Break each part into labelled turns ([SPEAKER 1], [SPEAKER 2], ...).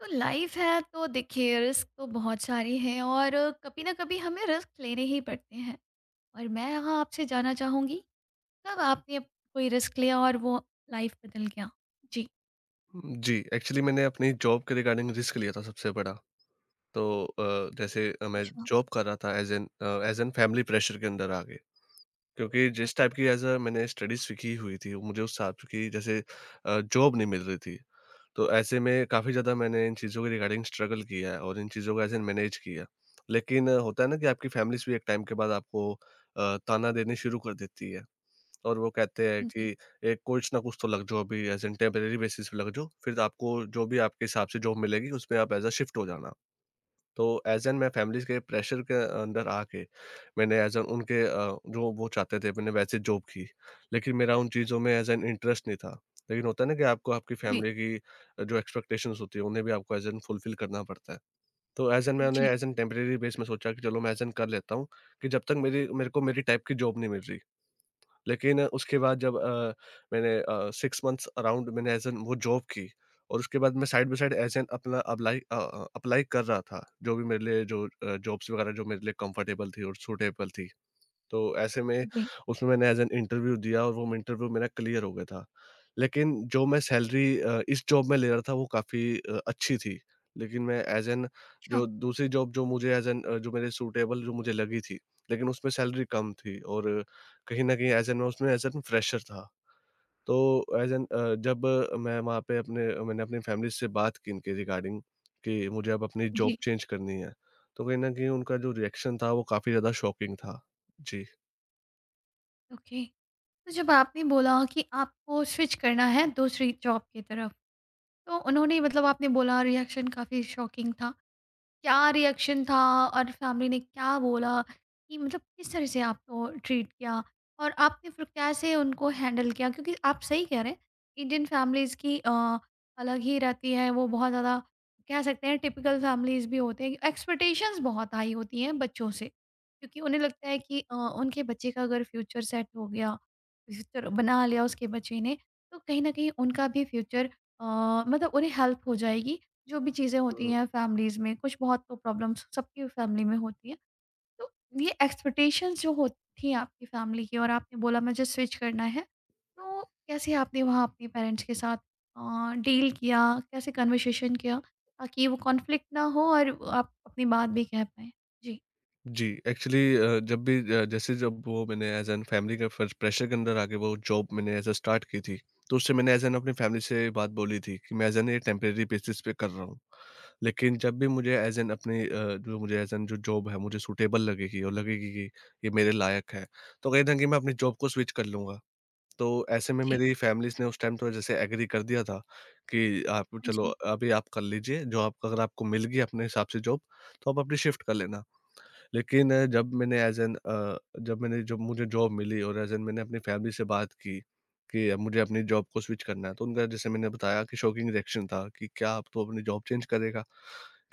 [SPEAKER 1] तो लाइफ है तो देखिए रिस्क तो बहुत सारे हैं और कभी ना कभी हमें रिस्क लेने ही पड़ते हैं। और मैं यहाँ आपसे जानना चाहूंगी कब आपने कोई रिस्क लिया और वो लाइफ बदल गया। जी।
[SPEAKER 2] जी, एक्चुअली मैंने अपनी जॉब के रिगार्डिंग रिस्क लिया था सबसे बड़ा। तो जैसे मैं
[SPEAKER 1] अच्छा।
[SPEAKER 2] जॉब कर रहा था एज़ एन फैमिली प्रेशर के अंदर आ गए। क्योंकि जिस
[SPEAKER 1] ओके।
[SPEAKER 2] टाइप की एज़ अ मैंने स्टडीज़ सीखी हुई थी, वो मुझे उस हिसाब की जैसे जॉब नहीं मिल रही थी। तो ऐसे में काफ़ी ज़्यादा मैंने इन चीज़ों के रिगार्डिंग स्ट्रगल किया है और इन चीज़ों को एज़ एन मैनेज किया। लेकिन होता है ना कि आपकी फैमिलीज़ भी एक टाइम के बाद आपको ताना देने शुरू कर देती है। और वो कहते हैं
[SPEAKER 1] जी।
[SPEAKER 2] कि एक कुछ ना कुछ तो लग जाओ, अभी एज़ एन टेम्परेरी बेसिस पे लग जाओ, फिर आपको जो भी आपके हिसाब से जॉब मिलेगी उसमें आप एज़ अ शिफ्ट हो जाना। तो एज़ एन मैं फैमिलीज़ के प्रेशर के अंदर आके मैंने एज़ एन उनके, जो वो चाहते थे मैंने वैसे जॉब की। लेकिन मेरा उन चीज़ों में एज़ एन इंटरेस्ट नहीं था। लेकिन होता है ना कि आपको आपकी
[SPEAKER 1] जी।
[SPEAKER 2] फैमिली की जो एक्सपेक्टेशंस होती है उन्हें भी आपको एज़ एन फुलफ़िल करना पड़ता है। तो एज़ एन मैंने
[SPEAKER 1] जी।
[SPEAKER 2] एज़ एन टेम्परेरी बेस में सोचा कि चलो मैं एज़ एन कर लेता हूँ, कि जब तक मेरी मेरे को मेरी टाइप की जॉब नहीं मिल रही। लेकिन उसके बाद जब मैंने 6 मंथ्स अराउंड मैंने एज़ एन वो जॉब की, और उसके बाद मैं side by side as an अपना अप्लाई कर रहा था, जो भी मेरे लिए, जो जॉब्स वगैरह जो मेरे लिए कंफर्टेबल थी और सूटेबल थी। तो ऐसे में
[SPEAKER 1] जी।
[SPEAKER 2] उसमें मैंने एज़ एन इंटरव्यू दिया और वो इंटरव्यू मेरा क्लियर हो गया था। लेकिन जो मैं सैलरी इस जॉब में ले रहा था, वो काफ़ी अच्छी थी। लेकिन मैं एज़ एन
[SPEAKER 1] अच्छा।
[SPEAKER 2] जो दूसरी जॉब जो मुझे एज़ एन, जो मेरे सूटेबल जो मुझे लगी थी, लेकिन उसमें सैलरी कम थी, और कहीं न कहीं एज़ एन मैं उसमें एज़ एन फ्रेशर था। तो एज़ एन, जब मैं वहाँ पे अपने मैंने अपनी फैमिली से बात की इनके रिगार्डिंग, कि मुझे अब अपनी जॉब
[SPEAKER 1] जी।
[SPEAKER 2] चेंज करनी है। तो कहीं न कहीं उनका जो रिएक्शन था वो काफ़ी ज़्यादा शॉकिंग था। जी।
[SPEAKER 1] ओके। तो जब आपने बोला कि आपको स्विच करना है दूसरी जॉब की तरफ, तो उन्होंने मतलब आपने बोला रिएक्शन काफ़ी शॉकिंग था, क्या रिएक्शन था और फैमिली ने क्या बोला कि मतलब किस तरह से आपको ट्रीट किया और आपने फिर कैसे उनको हैंडल किया? क्योंकि आप सही कह रहे हैं, इंडियन फैमिलीज़ की अलग ही रहती है, वो बहुत ज़्यादा कह सकते हैं टिपिकल फैमिलीज़ भी होते हैं। एक्सपेक्टेशंस बहुत हाई होती हैं बच्चों से, क्योंकि उन्हें लगता है कि उनके बच्चे का अगर फ्यूचर सेट हो गया, फ्यूचर बना लिया उसके बच्चे ने, तो कहीं ना कहीं उनका भी फ्यूचर मतलब उन्हें हेल्प हो जाएगी। जो भी चीज़ें होती
[SPEAKER 2] हुँ।
[SPEAKER 1] हैं फैमिलीज़ में कुछ बहुत तो प्रॉब्लम्स सबकी फैमिली में होती है। तो ये एक्सपेक्टेशंस जो होती थी आपकी फैमिली की और आपने बोला मुझे स्विच करना है, तो कैसे आपने वहाँ अपने पेरेंट्स के साथ डील किया? कैसे कन्वर्सेशन किया ताकि वो कॉन्फ्लिक्ट ना हो और आप अपनी बात भी कह पाएँ? जी।
[SPEAKER 2] जी, एक्चुअली जब भी जैसे जब वो मैंने एज़ एन फैमिली के फर प्रेशर के अंदर आके वो जॉब मैंने एज़ अ स्टार्ट की थी, तो उससे मैंने एज़ एन अपनी फैमिली से बात बोली थी कि मैं एज़ एन ये टेम्परेरी बेसिस पे कर रहा हूँ। लेकिन जब भी मुझे एज़ एन अपनी, जो मुझे एज़ एन जो जॉब है मुझे सूटेबल लगेगी और लगेगी कि ये मेरे लायक है, तो कहीं न कहीं मैं अपनी जॉब को स्विच कर लूँगा। तो ऐसे में
[SPEAKER 1] जी।
[SPEAKER 2] मेरी फैमिलीज़ ने उस टाइम तो जैसे एग्री कर दिया था कि आप
[SPEAKER 1] हाँ
[SPEAKER 2] चलो,
[SPEAKER 1] जी।
[SPEAKER 2] अभी आप कर लीजिए, जो आपका, अगर आपको मिल गई अपने हिसाब से जॉब, तो आप अपनी शिफ्ट कर लेना। लेकिन जब मैंने एज़ एन अ, जब मैंने जब मुझे जॉब मिली और एज़ एन मैंने अपनी फैमिली से बात की कि अब मुझे अपनी जॉब को स्विच करना है, तो उनका, जैसे मैंने बताया, कि शॉकिंग रिएक्शन था कि, "क्या अब तू अपनी जॉब चेंज करेगा?"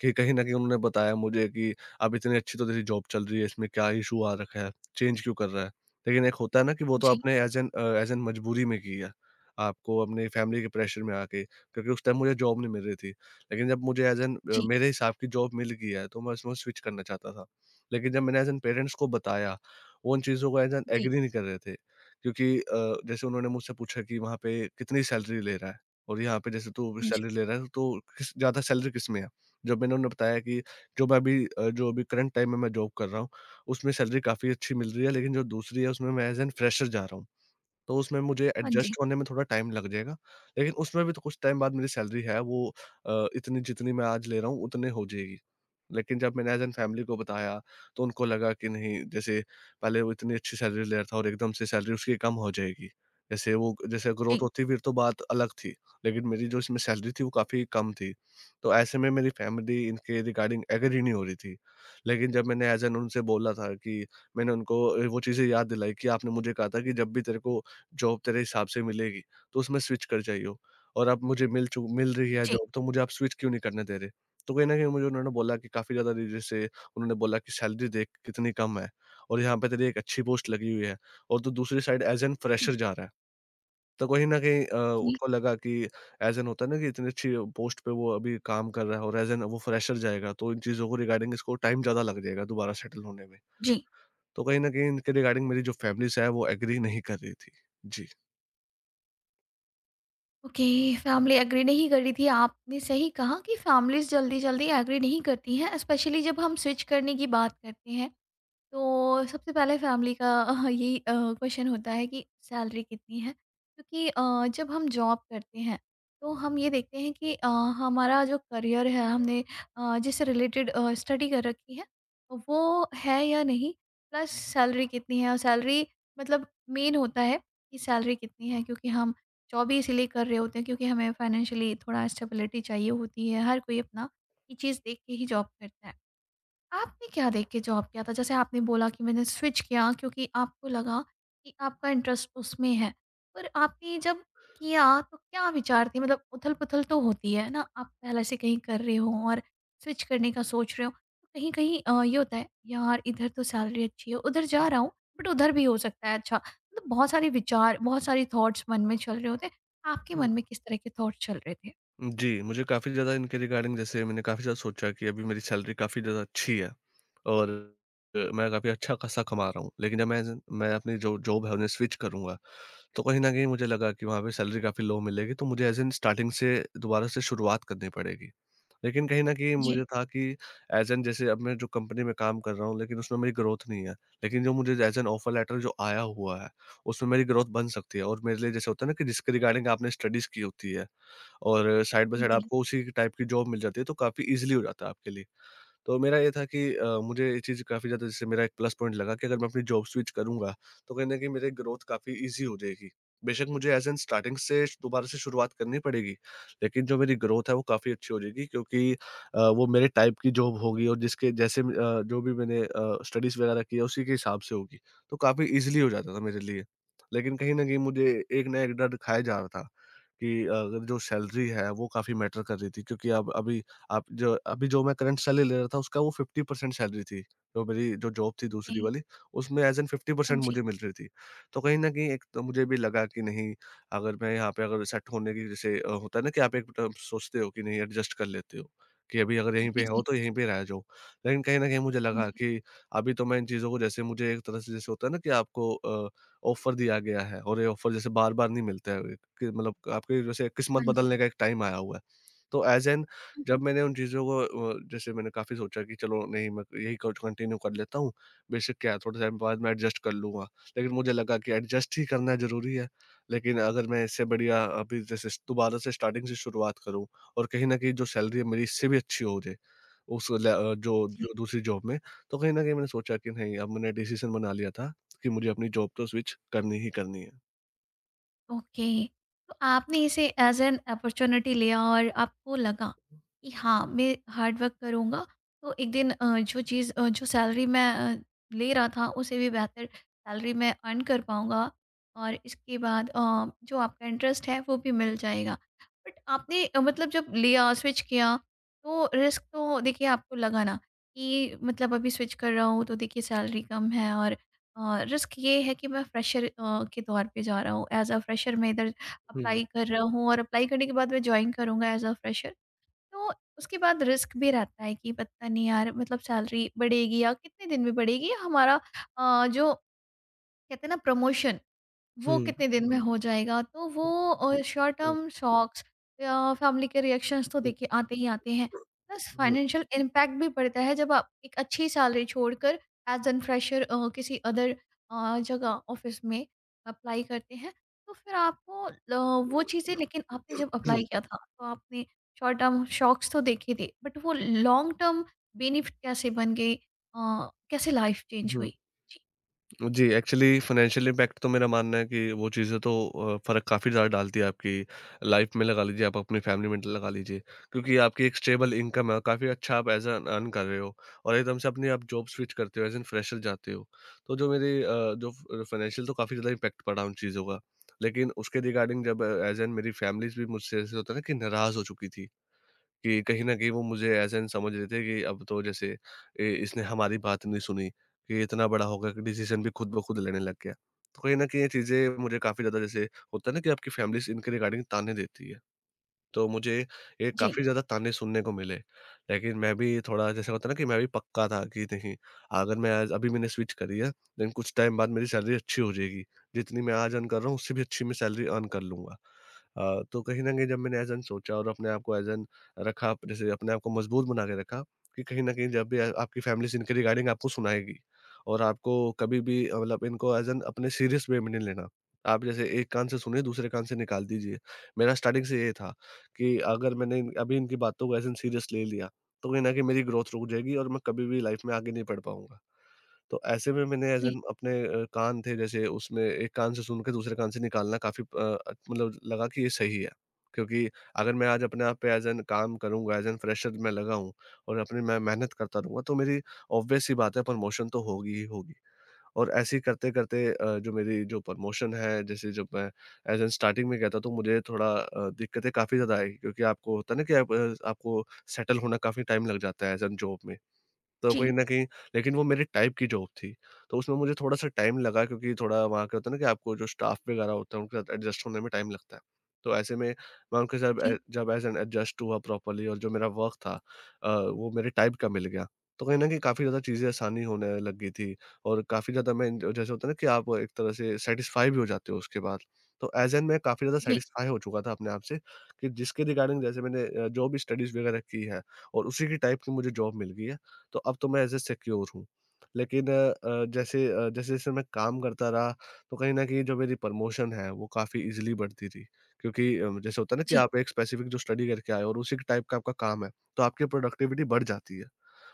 [SPEAKER 2] कि कहीं न कहीं उन्होंने बताया मुझे कि, "अब इतनी अच्छी तो तेरी जॉब चल रही है, इसमें क्या इश्यू आ रखा है? चेंज क्यों कर रहा है?" लेकिन एक होता है ना कि वो तो
[SPEAKER 1] जी।
[SPEAKER 2] आपने एज़ एन एज़ एन मजबूरी में की है, आपको अपनी फैमिली के प्रेशर में आके, क्योंकि उस टाइम मुझे जॉब नहीं मिल रही थी। लेकिन जब मुझे एज़ एन
[SPEAKER 1] जी।
[SPEAKER 2] मेरे हिसाब की जॉब मिल गई है, तो मैं उसमें स्विच करना चाहता था। लेकिन जब मैंने एज़ एन पेरेंट्स को बताया, वो उन चीज़ों को एज़ एन
[SPEAKER 1] जी।
[SPEAKER 2] एग्री नहीं कर रहे थे, क्योंकि जैसे उन्होंने मुझसे पूछा कि वहाँ पे कितनी सैलरी ले रहा है और यहाँ पे जैसे तू
[SPEAKER 1] हाँ जी।
[SPEAKER 2] सैलरी ले रहा है, तो किस, ज़्यादा सैलरी किसमें है? जब मैंने उन्हें बताया कि जो अभी करंट टाइम में मैं जॉब कर रहा हूँ, उसमें सैलरी काफ़ी अच्छी मिल रही है, लेकिन जो दूसरी है उसमें मैं एज़ एन फ्रेशर जा रहा हूँ। तो उसमें मुझे
[SPEAKER 1] हाँ जी।
[SPEAKER 2] एडजस्ट होने में थोड़ा टाइम लग जाएगा, लेकिन उसमें भी तो कुछ टाइम बाद मेरी सैलरी है वो, इतनी जितनी मैं आज ले रहा हूँ उतने हो जाएगी। लेकिन जब मैंने एज़ एन फैमिली को बताया, तो उनको लगा कि नहीं, जैसे पहले वो इतनी अच्छी सैलरी ले रहा था और एकदम से सैलरी उसकी कम हो जाएगी। जैसे, वो जैसे ग्रोथ
[SPEAKER 1] जी।
[SPEAKER 2] होती फिर तो बात अलग थी, लेकिन मेरी जो इसमें सैलरी थी वो काफ़ी कम थी। तो ऐसे में मेरी फैमिली इनके रिगार्डिंग एग्री नहीं हो रही थी। लेकिन जब मैंने एज़ एन उनसे बोला था, कि मैंने उनको वो चीज़ें याद दिलाई कि आपने मुझे कहा था कि जब भी तेरे को जॉब तेरे हिसाब से मिलेगी, तो उसमें स्विच कर जाइयो हो, और अब मुझे मिल रही है
[SPEAKER 1] जी।
[SPEAKER 2] जॉब, तो मुझे आप स्विच क्यों नहीं करने दे रहे? तो कहीं न कहीं मुझे उन्होंने बोला कि काफ़ी ज़्यादा री जैसे उन्होंने बोला कि सैलरी देख कितनी कम है, और यहाँ पे तेरी एक अच्छी पोस्ट लगी हुई है, और तू दूसरी साइड एज़ एन फ्रेशर जा रहा है। तो कहीं न कहीं
[SPEAKER 1] जी।
[SPEAKER 2] उनको लगा कि एज़ एन होता है ना कि इतनी अच्छी पोस्ट पे वो अभी काम कर रहा है और एज़ एन वो फ्रेशर जाएगा, तो इन चीज़ों को रिगार्डिंग इसको टाइम ज़्यादा लग जाएगा दोबारा सेटल होने में।
[SPEAKER 1] जी।
[SPEAKER 2] तो कहीं न कहीं इनके रिगार्डिंग मेरी जो फैमिली से है, वो एग्री नहीं कर रही थी। जी।
[SPEAKER 1] ओके। फैमिली एग्री नहीं कर रही थी, आपने सही कहा कि फैमिलीज जल्दी जल्दी एग्री नहीं करती हैं स्पेशली जब हम स्विच करने की बात करते हैं। तो सबसे पहले फैमिली का यही क्वेश्चन होता है कि सैलरी कितनी है, क्योंकि जब हम जॉब करते हैं, तो हम ये देखते हैं कि हमारा जो करियर है हमने जिससे रिलेटेड स्टडी कर रखी है वो है या नहीं, प्लस सैलरी कितनी है। और सैलरी मतलब मेन होता है कि सैलरी कितनी है, क्योंकि हम जॉब ही इसीलिए कर रहे होते हैं क्योंकि हमें फाइनेंशियली थोड़ा स्टेबिलिटी चाहिए होती है। हर कोई अपना ये चीज़ देख के ही जॉब करता है। आपने क्या देख के जॉब किया था? जैसे आपने बोला कि मैंने स्विच किया क्योंकि आपको लगा कि आपका इंटरेस्ट उसमें है। पर आपने जब किया तो क्या विचार थे? मतलब उथल-पुथल तो होती है ना, आप पहले से कहीं कर रहे हो और स्विच करने का सोच रहे हो। तो कहीं-कहीं ये होता है यार इधर तो सैलरी अच्छी है, उधर जा रहा हूँ बट उधर भी हो सकता है अच्छा। मतलब बहुत सारे विचार, बहुत सारे थॉट्स मन में चल रहे होते हैं। आपके मन में किस तरह के थॉट्स चल रहे थे?
[SPEAKER 2] जी, मुझे काफ़ी ज़्यादा इनके रिगार्डिंग, जैसे मैंने काफ़ी ज़्यादा सोचा, कि अभी मेरी सैलरी काफ़ी ज़्यादा अच्छी है और मैं काफ़ी अच्छा-खासा कमा रहा हूँ। लेकिन जब मैं अपनी जो जॉब है उन्हें स्विच करूँगा, तो कहीं न कहीं मुझे लगा कि वहाँ पे सैलरी काफ़ी लो मिलेगी, तो मुझे एज़ इन स्टार्टिंग से दोबारा से शुरुआत करनी पड़ेगी। लेकिन कहीं न कहीं मुझे
[SPEAKER 1] जी।
[SPEAKER 2] था कि एज़ एन जैसे, अब मैं जो कंपनी में काम कर रहा हूँ, लेकिन उसमें मेरी ग्रोथ नहीं है। लेकिन जो मुझे एज़ एन ऑफर लेटर जो आया हुआ है, उसमें मेरी ग्रोथ बन सकती है, और मेरे लिए जैसे होता है ना कि जिसके रिगार्डिंग आपने स्टडीज़ की होती है और साइड बाय
[SPEAKER 1] हाँ
[SPEAKER 2] साइड
[SPEAKER 1] जी।
[SPEAKER 2] आपको उसी टाइप की जॉब मिल जाती है, तो काफ़ी ईज़िली हो जाता है आपके लिए। तो मेरा ये था कि मुझे ये चीज़ काफ़ी ज़्यादा, जैसे मेरा एक प्लस पॉइंट लगा कि अगर मैं अपनी जॉब स्विच करूँगा, तो कहीं न कहीं मेरी ग्रोथ काफ़ी ईज़ी हो जाएगी। बेशक मुझे एज़ एन स्टार्टिंग से दोबारा से शुरुआत करनी पड़ेगी, लेकिन जो मेरी ग्रोथ है वो काफ़ी अच्छी हो जाएगी, क्योंकि वो मेरे टाइप की जॉब होगी, और जिसके जैसे जो भी मैंने स्टडीज़ वगैरह की है उसी के हिसाब से होगी। तो काफ़ी ईज़िली हो जाता था मेरे लिए। लेकिन कहीं न कहीं मुझे एक ना एक डर खाया जा रहा था, कि अगर जो सैलरी है वो काफ़ी मैटर कर रही थी, क्योंकि अब अभी आप जो अभी जो मैं करंट सैलरी ले रहा था उसका वो 50% सैलरी थी, जो मेरी जो जॉब थी दूसरी
[SPEAKER 1] जी।
[SPEAKER 2] वाली, उसमें एज़ एन
[SPEAKER 1] हाँ
[SPEAKER 2] 50%
[SPEAKER 1] जी।
[SPEAKER 2] मुझे मिल रही थी। तो कहीं न कहीं एक तो मुझे भी लगा कि नहीं, अगर मैं यहाँ पे अगर सेट होने की, जैसे होता है ना कि आप एक, सोचते हो कि नहीं एडजस्ट कर लेते हो, कि अभी अगर यहीं
[SPEAKER 1] जी।
[SPEAKER 2] पे
[SPEAKER 1] जी।
[SPEAKER 2] हो तो यहीं पे रह जाओ। लेकिन कहीं न कहीं मुझे
[SPEAKER 1] हाँ
[SPEAKER 2] लगा कि अभी तो मैं इन चीज़ों को, जैसे मुझे एक तरह से जैसे होता है ना कि आपको ऑफ़र दिया गया है और ये ऑफ़र जैसे बार-बार नहीं मिलता है, कि मतलब आपकी जैसे किस्मत
[SPEAKER 1] जी।
[SPEAKER 2] बदलने का एक टाइम आया हुआ है। तो एज़ एन
[SPEAKER 1] हाँ जी।
[SPEAKER 2] जब मैंने उन चीज़ों को जैसे मैंने काफ़ी सोचा कि चलो नहीं, मैं यही कोच कंटिन्यू कर लेता हूँ, बेशक क्या है थोड़े टाइम बाद मैं एडजस्ट कर लूँगा। लेकिन मुझे लगा कि एडजस्ट ही करना ज़रूरी है, लेकिन अगर मैं इससे बढ़िया अभी जैसे दोबारा से स्टार्टिंग से शुरुआत करूँ, और कहीं न कहीं जो सैलरी है मेरी इससे भी अच्छी हो जाए, जो
[SPEAKER 1] जी।
[SPEAKER 2] जो दूसरी जॉब में, तो कहीं न कहीं मैंने सोचा कि नहीं, अब मैंने डिसीज़न बना लिया था कि मुझे अपनी जॉब तो स्विच करनी ही करनी है।
[SPEAKER 1] ओके। तो आपने इसे एज़ एन अपॉर्च्युनिटी लिया और आपको लगा कि हाँ, मैं हार्ड वर्क करूँगा, तो एक दिन जो चीज़ जो सैलरी मैं ले रहा था उसे भी बेहतर सैलरी मैं अर्न कर पाऊँगा और इसके बाद जो आपका इंटरेस्ट है वो भी मिल जाएगा। बट आपने मतलब जब लिया, स्विच किया, तो रिस्क तो देखिए आपको लगा ना कि मतलब अभी स्विच कर रहा हूँ तो देखिए सैलरी कम है और रिस्क ये है कि मैं फ्रेशर के तौर पे जा रहा हूँ, एज अ फ्रेशर मैं इधर
[SPEAKER 2] हुँ,
[SPEAKER 1] अप्लाई कर रहा हूँ और अप्लाई करने के बाद मैं ज्वाइन करूँगा एज अ फ्रेशर। तो उसके बाद रिस्क भी रहता है कि पता नहीं यार मतलब सैलरी बढ़ेगी या कितने दिन में बढ़ेगी, या हमारा जो कहते हैं ना प्रमोशन वो
[SPEAKER 2] हुँ,
[SPEAKER 1] कितने दिन में हो जाएगा? तो वो
[SPEAKER 2] हुँ,
[SPEAKER 1] शॉर्ट
[SPEAKER 2] हुँ,
[SPEAKER 1] टर्म शॉक्स या फैमिली के रिएक्शंस तो देखिए आते ही आते हैं। प्लस
[SPEAKER 2] हुँ,
[SPEAKER 1] फाइनेंशियल इम्पैक्ट भी पड़ता है जब आप एक अच्छी सैलरी छोड़कर एज़ एन फ्रेशर किसी अदर जगह ऑफ़िस में अप्लाई करते हैं। तो फिर आपको ल वो
[SPEAKER 2] हुँ,
[SPEAKER 1] चीज़ें लेकिन आपने जब
[SPEAKER 2] हुँ,
[SPEAKER 1] अप्लाई किया था तो आपने शॉर्ट टर्म शॉक्स तो देखे थे, बट वो लॉन्ग टर्म बेनिफिट कैसे बन गए? कैसे लाइफ़ चेंज
[SPEAKER 2] हुँ।
[SPEAKER 1] हुई? जी।
[SPEAKER 2] जी, एक्चुअली फाइनेंशियल इम्पैक्ट तो मेरा मानना है कि वो चीज़ें तो, फ़र्क काफ़ी ज़्यादा डालती है आपकी लाइफ में, लगा लीजिए, आप अपनी फैमिली में लगा लीजिए। क्योंकि आपकी एक स्टेबल इनकम है, काफ़ी अच्छा आप एज़ अ अर्न कर रहे हो और एकदम से अपनी आप जॉब स्विच करते हो, एज़ एन फ्रेशर जाते हो। तो जो मेरी अ, जो फ फाइनेंशियल तो काफ़ी ज़्यादा इम्पैक्ट पड़ा उन चीज़ों का। लेकिन उसके रिगार्डिंग जब एज़ एन मेरी फैमिलीज़ भी मुझसे ऐसे होता है ना कि नाराज़ हो चुकी थी। कि कहीं न कहीं वो मुझे ऐसा नहीं समझ रहे थे कि अब तो जैसे इसने हमारी बात नहीं सुनी, कि इतना बड़ा हो गया कि डिसीज़न भी खुद ब खुद लेने लग गया। तो कहीं न कहीं ये चीज़ें मुझे काफ़ी ज़्यादा जैसे होता है ना कि आपकी फैमिली से इनके रिगार्डिंग ताने देती है। तो मुझे ये काफ़ी
[SPEAKER 1] जी।
[SPEAKER 2] ज़्यादा ताने सुनने को मिले। लेकिन मैं भी थोड़ा जैसे होता है ना कि मैं भी पक्का था कि नहीं, अगर मैं आज अभी मैंने स्विच करी है, देन कुछ टाइम बाद मेरी सैलरी अच्छी हो जाएगी। जितनी मैं आज अर्न कर रहा हूँ, उससे भी अच्छी मैं सैलरी अर्न कर लूँगा। तो कहीं न कहीं जब मैंने ऐज़ एन सोचा और अपने आप को ऐज़ एन रखा, जैसे अपने आप को मजबूत बना के रखा कि कहीं न कहीं जब भी आपकी फैमिली से इनके रिगार्डिंग आपको सुनाएगी और आपको कभी भी मतलब इनको ऐज़ एन अपने सीरियस वे में नहीं लेना। आप जैसे एक कान से सुनिए, दूसरे कान से निकाल दीजिए। मेरा स्टार्टिंग से ये था कि अगर मैंने इन अभी इनकी बातों को ऐसे सीरियस ले लिया, तो कहीं न कहीं मेरी ग्रोथ रुक जाएगी और मैं कभी भी लाइफ़ में आगे नहीं बढ़ पाऊँगा। तो ऐसे में मैंने एज़
[SPEAKER 1] जी।
[SPEAKER 2] एन अपने कान थे, जैसे उसमें एक कान से सुन के दूसरे कान से निकालना काफ़ी मतलब लगा कि ये सही है। क्योंकि अगर मैं आज अपने आप पे एज़ एन काम करूँगा, एज़ एन फ्रेशर मैं लगा हूँ और अपनी मैं मेहनत करता रहूँगा, तो मेरी ऑब्वियस सी बात है, प्रमोशन तो होगी ही होगी। और ऐसे ही करते-करते जो प्रमोशन है, जैसे जब मैं एज़ एन स्टार्टिंग में गया था, तो मुझे थोड़ा दिक्कतें काफ़ी ज़्यादा आई क्योंकि आपको होता है ना कि आपको सेटल होना, काफ़ी टाइम लग जाता है एज़ एन जॉब में। तो कहीं
[SPEAKER 1] जी।
[SPEAKER 2] न कहीं, लेकिन वो मेरे टाइप की जॉब थी, तो उसमें मुझे थोड़ा-सा टाइम लगा, क्योंकि थोड़ा वहाँ क्या होता है ना कि आपको जो स्टाफ वगैरह होता है, उनके साथ एडजस्ट होने में टाइम लगता है। तो ऐसे में मैं उनके साथ ए
[SPEAKER 1] जी।
[SPEAKER 2] जब एज़ एन एडजस्ट हुआ प्रॉपर्ली और जो मेरा वर्क था, वो मेरे टाइप का मिल गया, तो कहीं न कहीं काफ़ी ज़्यादा चीज़ें आसानी होने लग गई थी और काफ़ी ज़्यादा मैं जैसे होता है ना कि आप एक तरह से सैटिस्फाई भी हो जाते हो उसके बाद। तो एज़ एन मैं काफ़ी ज़्यादा
[SPEAKER 1] जी।
[SPEAKER 2] सैटिस्फाई हो चुका था अपने आप से, कि जिसके रिगार्डिंग जैसे मैंने जो भी स्टडीज़ वगैरह की है और उसी की टाइप की मुझे जॉब मिल गई है। तो अब तो मैं एज़ अ सिक्योर हूँ। लेकिन जैसे-जैसे मैं काम करता रहा, तो कहीं न कहीं जो मेरी प्रमोशन है, वो काफ़ी ईज़िली बढ़ती रही। क्योंकि जैसे होता है ना कि
[SPEAKER 1] जी।
[SPEAKER 2] आप एक स्पेसिफ़िक जो स्टडी करके आए हो और उसी के टाइप का आपका काम है, तो आपकी प्रोडक्टिविटी बढ़ जाती है।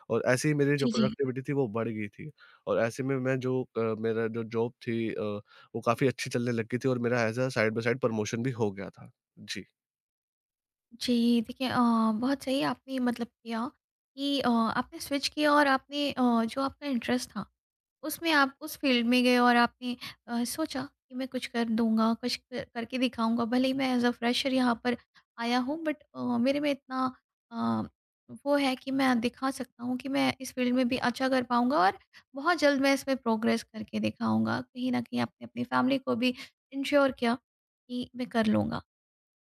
[SPEAKER 2] और ऐसे ही मेरी जो
[SPEAKER 1] जी। जी।
[SPEAKER 2] प्रोडक्टिविटी थी, वो बढ़ गई थी। और ऐसे में मेरा जो जॉब थी, वो काफ़ी अच्छी चलने लग गई थी और मेरा as a side by side promotion भी हो गया था। जी।
[SPEAKER 1] जी। देखिए बहुत सही आपने मतलब किया कि आपने स्विच किया और आपने जो आपका इंटरेस्ट था, उसमें आप उस फ़ील्ड में गए और आपने सोचा कि मैं कुछ कर दूँगा, कुछ क करके दिखाऊँगा। भले ही मैं एज़ अ फ्रेशर यहाँ पर आया हूँ बट मेरे में इतना अ, वो है कि मैं दिखा सकता हूँ कि मैं इस फ़ील्ड में भी अच्छा कर पाऊँगा और बहुत जल्द मैं इसमें प्रोग्रेस करके दिखाऊँगा। कहीं न कहीं आपने अपनी फ़ैमिली को भी इंश्योर किया कि मैं कर लूँगा।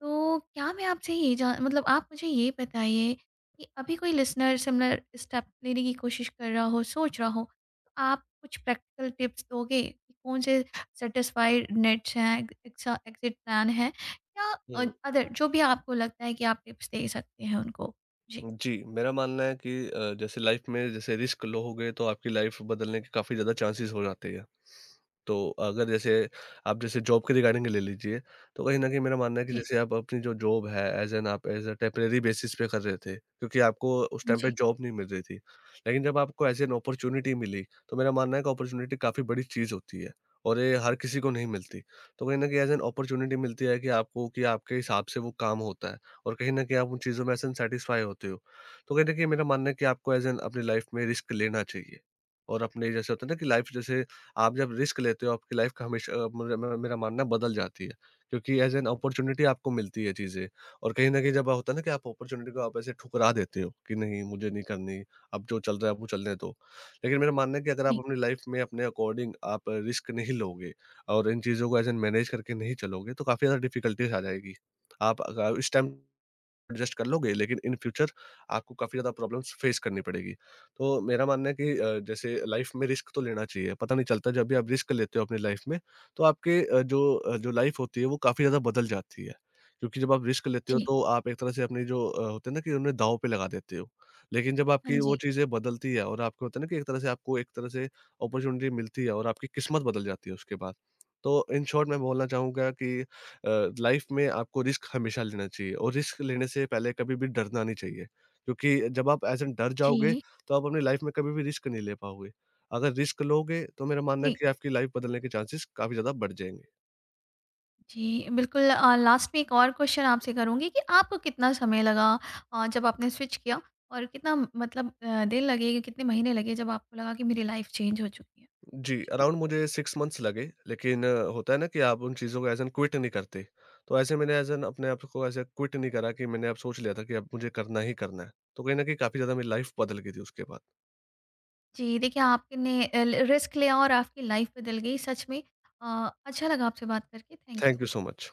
[SPEAKER 1] तो क्या मैं आपसे ये जान मतलब आप मुझे ये बताइए कि अभी कोई लिसनर सिमिलर स्टेप लेने की कोशिश कर रहा हो, सोच रहा हो, तो आप कुछ प्रैक्टिकल टिप्स दोगे कि कौन से सेटिस्फाइड नेट्स हैं, एक्सा एग्ज़िट प्लान है या
[SPEAKER 2] हम्म
[SPEAKER 1] अदर जो भी आपको लगता है कि आप टिप्स दे सकते हैं उनको? जी।
[SPEAKER 2] जी, मेरा मानना है कि जैसे लाइफ़ में जैसे रिस्क लो हो गए, तो आपकी लाइफ़ बदलने के काफ़ी ज़्यादा चांसेस हो जाते हैं। तो अगर जैसे आप जैसे जॉब के रिगार्डिंग ले लीजिए, तो कहीं न कहीं मेरा मानना है कि
[SPEAKER 1] जी।
[SPEAKER 2] जैसे आप अपनी जो जॉब है, एज़ एन आप एज़ अ टेम्परेरी बेसिस पे कर रहे थे, क्योंकि आपको उस
[SPEAKER 1] हाँ
[SPEAKER 2] टाइम पे
[SPEAKER 1] जी।
[SPEAKER 2] जॉब नहीं मिल रही थी। लेकिन जब आपको एज़ एन अपॉर्च्युनिटी मिली, तो मेरा मानना है कि अपॉर्च्युनिटी काफ़ी बड़ी चीज़ होती है और ये हर किसी को नहीं मिलती। तो कहीं न कहीं एज़ एन अपॉर्च्युनिटी मिलती है कि आपको कि आपके हिसाब से वो काम होता है और कहीं न कहीं आप उन चीज़ों में एज़ एन सैटिस्फाई होते हो। तो कहीं न कहीं मेरा मानना है कि आपको एज़ एन अपनी लाइफ़ में रिस्क लेना चाहिए और अपने जैसे होता है ना कि लाइफ़ जैसे आप जब रिस्क लेते हो, आपकी लाइफ का हमेशा मेरा मेरा मेरा मानना बदल जाती है, क्योंकि एज एन अपॉर्चुनिटी आपको मिलती है चीज़ें, और कहीं न कहीं जब होता है ना कि आप अपॉर्चुनिटी को आप ऐसे ठुकरा देते हो कि नहीं, मुझे नहीं करनी, अब जो चल रहा है आपको चलने दो। लेकिन मेरा मानना है कि अगर आप
[SPEAKER 1] जी।
[SPEAKER 2] अपनी लाइफ में अपने अकॉर्डिंग आप रिस्क नहीं लोगे और इन चीज़ों को एज एन मैनेज करके नहीं चलोगे, तो काफ़ी ज़्यादा डिफिकल्टीज़ आ जाएगी। आप अग इस टाइम एडजस्ट कर लोगे, लेकिन इन फ्यूचर आपको काफ़ी ज़्यादा प्रॉब्लम्स फ़ेस करनी पड़ेगी। तो मेरा मानना है कि जैसे लाइफ़ में रिस्क तो लेना चाहिए, पता नहीं चलता जब भी आप रिस्क लेते हो अपनी लाइफ़ में, तो आपके जो लाइफ़ होती है, वो काफ़ी ज़्यादा बदल जाती है। क्योंकि जब आप रिस्क लेते हो,
[SPEAKER 1] जी।
[SPEAKER 2] तो आप एक तरह से अपनी होते हैं ना कि उन्हें दाँव पे लगा देते हो। लेकिन जब
[SPEAKER 1] हाँ
[SPEAKER 2] आपकी वो
[SPEAKER 1] जी।
[SPEAKER 2] चीज़ें बदलती है और आपको होता है ना कि एक तरह से आपको एक तरह से अपॉर्च्युनिटी मिलती है और आपकी किस्मत बदल जाती है उसके बाद। तो इन शॉर्ट मैं बोलना चाहूँगा कि लाइफ में आपको रिस्क हमेशा लेना चाहिए और रिस्क लेने से पहले कभी भी डरना नहीं चाहिए। क्योंकि जब आप ऐसे डर जाओगे,
[SPEAKER 1] जी।
[SPEAKER 2] तो आप अपनी लाइफ में कभी भी रिस्क नहीं ले पाओगे। अगर रिस्क लोगे, तो मेरा मानना है
[SPEAKER 1] जी।
[SPEAKER 2] कि आपकी लाइफ बदलने के चांसेस काफ़ी ज़्यादा बढ़ जाएंगे
[SPEAKER 1] जी। बिल्कुल। लास्ट में एक और क्वेश्चन आपसे करूँगी कि आपको कितना समय लगा जब आपने स्विच किया? और कितना मतलब दिन लगे, कितने महीने लगे जब आपको लगा कि मेरी लाइफ चेंज हो चुकी है?
[SPEAKER 2] जी,
[SPEAKER 1] जी।
[SPEAKER 2] अराउंड मुझे 6 मंथ्स लगे, लेकिन होता है ना कि आप उन चीज़ों को एज एन क्विट नहीं करते। तो ऐसे मैंने एज एन अपने आप को ऐसे क्विट नहीं करा कि मैंने अब सोच लिया था कि अब मुझे करना ही करना है। तो कहीं ना कहीं काफ़ी ज़्यादा मेरी लाइफ बदल गई थी उसके बाद।
[SPEAKER 1] जी, देखिए आपने रिस्क लिया और आपकी लाइफ बदल गई सच में। अच्छा लगा आपसे बात करके। Thank you.
[SPEAKER 2] Thank you so much.